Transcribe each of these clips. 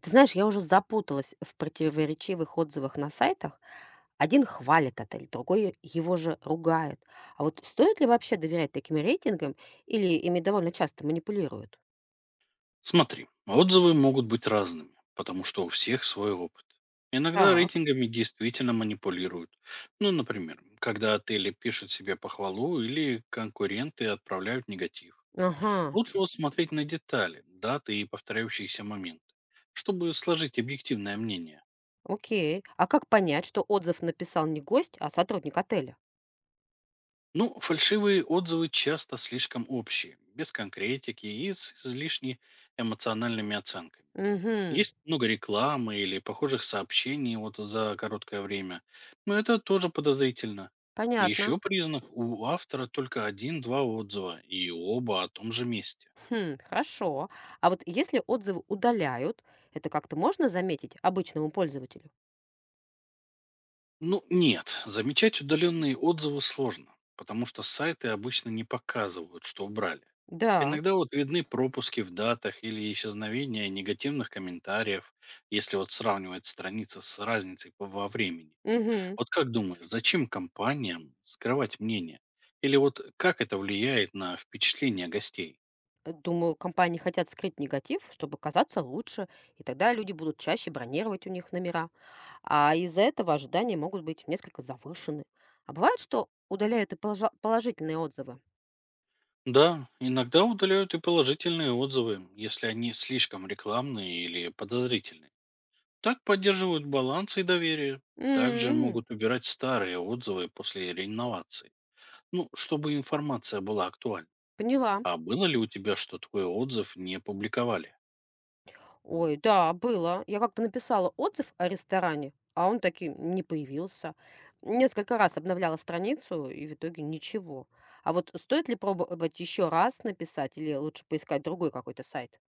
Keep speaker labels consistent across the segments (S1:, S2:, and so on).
S1: Ты знаешь, я уже запуталась в противоречивых отзывах на сайтах. Один хвалит отель, другой его же ругает. А вот стоит ли вообще доверять таким рейтингам или ими довольно часто манипулируют?
S2: Смотри, отзывы могут быть разными, потому что у всех свой опыт. Иногда
S1: Так.
S2: рейтингами действительно манипулируют. Ну, например, когда отели пишут себе похвалу или конкуренты отправляют негатив.
S1: Ага,
S2: Лучше вот смотреть на детали, даты и повторяющиеся моменты, чтобы сложить объективное мнение.
S1: окей. А как понять, что отзыв написал не гость, а сотрудник отеля?
S2: Ну, фальшивые отзывы часто слишком общие, без конкретики и с излишне эмоциональными оценками.
S1: Угу,
S2: Есть много рекламы или похожих сообщений вот за короткое время, но это тоже подозрительно.
S1: понятно.
S2: Еще признак у автора только один-два отзыва, и оба о том же месте.
S1: Хм, хорошо. А вот если отзывы удаляют, это как-то можно заметить обычному пользователю?
S2: Ну нет, замечать удаленные отзывы сложно, потому что сайты обычно не показывают, что убрали.
S1: Да.
S2: Иногда вот видны пропуски в датах или исчезновение негативных комментариев, если вот сравнивать страницы с разницей во времени.
S1: Угу.
S2: Вот как думаешь, зачем компаниям скрывать мнение? Или вот как это влияет на впечатление гостей?
S1: Думаю, компании хотят скрыть негатив, чтобы казаться лучше, и тогда люди будут чаще бронировать у них номера. А из-за этого ожидания могут быть несколько завышены. А бывает, что удаляют и положительные отзывы.
S2: Да, иногда удаляют и положительные отзывы, если они слишком рекламные или подозрительные. Так поддерживают баланс и доверие. Также
S1: М,
S2: могут убирать старые отзывы после реновации. Ну, чтобы информация была актуальна.
S1: поняла.
S2: А было ли у тебя, что твой отзыв не публиковали?
S1: Ой, да, было. Я как-то написала отзыв о ресторане, а он таки не появился. Несколько раз обновляла страницу, и в итоге ничего. А вот стоит ли пробовать еще раз написать, или лучше поискать другой какой-то сайт?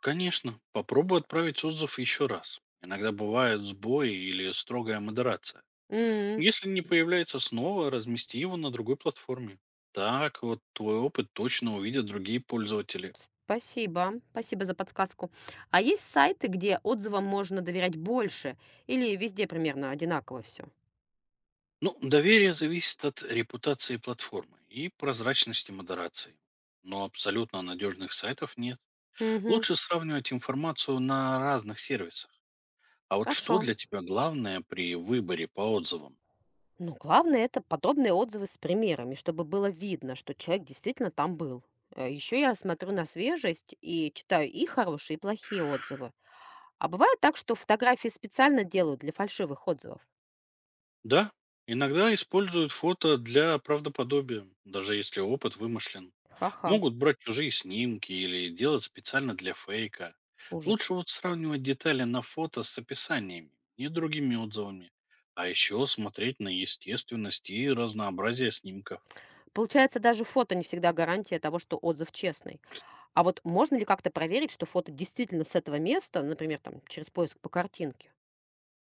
S2: Конечно, попробуй отправить отзыв еще раз. Иногда бывают сбои или строгая модерация.
S1: М.
S2: Если не появляется снова, размести его на другой платформе. Так вот твой опыт точно увидят другие пользователи.
S1: Спасибо за подсказку. А есть сайты, где отзывам можно доверять больше или везде примерно одинаково все?
S2: Ну, доверие зависит от репутации платформы и прозрачности модерации. Но абсолютно надежных сайтов нет.
S1: Угу,
S2: Лучше сравнивать информацию на разных сервисах. А вот
S1: хорошо.
S2: что для тебя главное при выборе по отзывам?
S1: Ну, главное, это подобные отзывы с примерами, чтобы было видно, что человек действительно там был. Еще я смотрю на свежесть и читаю и хорошие, и плохие отзывы. А бывает так, что фотографии специально делают для фальшивых отзывов.
S2: Да, иногда используют фото для правдоподобия, даже если опыт вымышлен.
S1: Ха-ха,
S2: Могут брать чужие снимки или делать специально для фейка.
S1: ужас.
S2: Лучше вот сравнивать детали на фото с описаниями и другими отзывами. А еще смотреть на естественность и разнообразие снимков.
S1: Получается, даже фото не всегда гарантия того, что отзыв честный. А вот можно ли как-то проверить, что фото действительно с этого места, например, там, через поиск по картинке?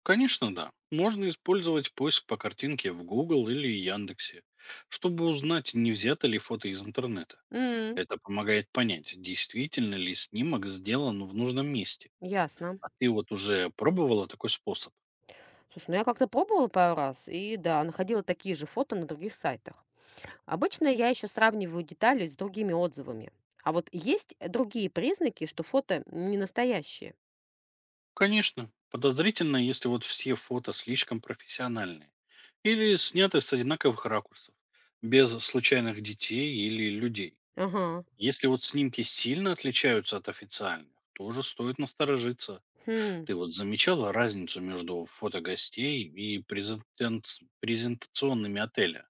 S2: Конечно, да. Можно использовать поиск по картинке в Google или Яндексе, чтобы узнать, не взято ли фото из интернета.
S1: М,
S2: Это помогает понять, действительно ли снимок сделан в нужном месте.
S1: ясно.
S2: А ты вот уже пробовала такой способ?
S1: Слушай, ну я как-то пробовала пару раз, и да, находила такие же фото на других сайтах. Обычно я еще сравниваю детали с другими отзывами. А вот есть другие признаки, что фото не настоящие?
S2: Конечно. Подозрительно, если вот все фото слишком профессиональные. Или сняты с одинаковых ракурсов. Без случайных детей или людей.
S1: Ага.
S2: Если вот снимки сильно отличаются от официальных, тоже стоит насторожиться.
S1: Хм.
S2: Ты вот замечала разницу между фото гостей и презентационными отеля?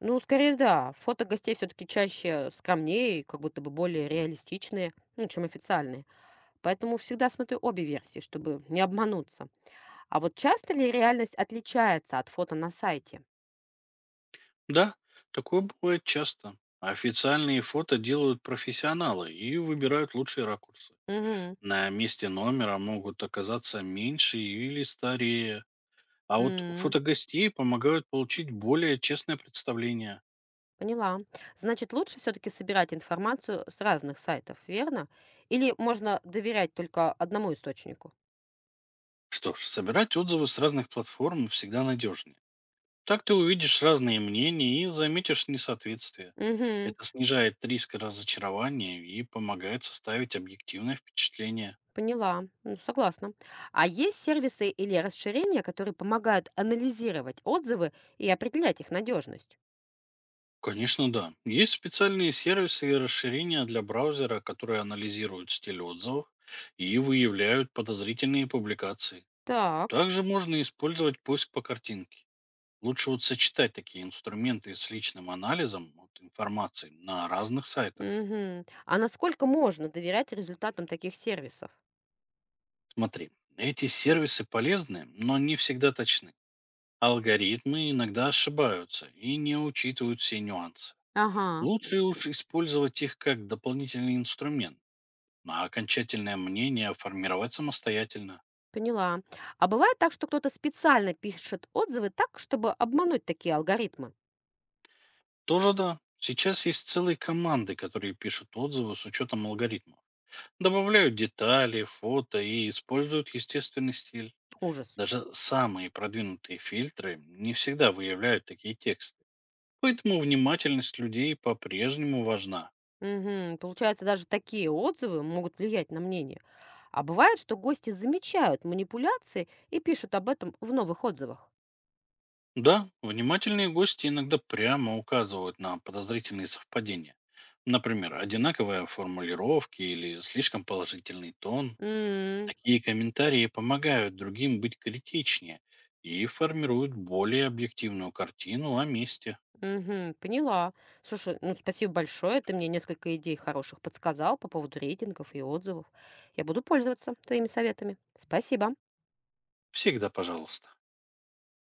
S1: Ну, скорее да. Фото гостей все-таки чаще скромнее, и как будто бы более реалистичные, ну, чем официальные. Поэтому всегда смотрю обе версии, чтобы не обмануться. А вот часто ли реальность отличается от фото на сайте?
S2: Да, такое бывает часто. Официальные фото делают профессионалы и выбирают лучшие ракурсы.
S1: Мгм.
S2: На месте номера могут оказаться меньше или старее. А вот
S1: М,
S2: фотогостей помогают получить более честное представление.
S1: поняла. Значит, лучше все-таки собирать информацию с разных сайтов, верно? Или можно доверять только одному источнику?
S2: Что ж, собирать отзывы с разных платформ всегда надежнее. Так ты увидишь разные мнения и заметишь несоответствие.
S1: Угу,
S2: Это снижает риск разочарования и помогает составить объективное впечатление.
S1: поняла, ну, согласна. А есть сервисы или расширения, которые помогают анализировать отзывы и определять их надежность?
S2: Конечно, да. Есть специальные сервисы и расширения для браузера, которые анализируют стиль отзывов и выявляют подозрительные публикации.
S1: Так,
S2: Также можно использовать поиск по картинке. Лучше вот сочетать такие инструменты с личным анализом вот, информации на разных сайтах.
S1: угу. А насколько можно доверять результатам таких сервисов?
S2: Смотри, эти сервисы полезны, но не всегда точны. Алгоритмы иногда ошибаются и не учитывают все нюансы.
S1: Ага.
S2: Лучше уж использовать их как дополнительный инструмент. А окончательное мнение формировать самостоятельно.
S1: Поняла. А бывает так, что кто-то специально пишет отзывы так, чтобы обмануть такие алгоритмы?
S2: Тоже да. Сейчас есть целые команды, которые пишут отзывы с учетом алгоритма. Добавляют детали, фото и используют естественный стиль.
S1: Ужас.
S2: Даже самые продвинутые фильтры не всегда выявляют такие тексты. Поэтому внимательность людей по-прежнему важна.
S1: Мгм. Получается, даже такие отзывы могут влиять на мнение. А бывает, что гости замечают манипуляции и пишут об этом в новых отзывах.
S2: Да, внимательные гости иногда прямо указывают на подозрительные совпадения. Например, одинаковые формулировки или слишком положительный тон.
S1: М,
S2: Такие комментарии помогают другим быть критичнее и формируют более объективную картину о месте.
S1: мгм, поняла. Слушай, ну спасибо большое. Ты мне несколько идей хороших подсказал по поводу рейтингов и отзывов. Я буду пользоваться твоими советами. Спасибо.
S2: Всегда пожалуйста.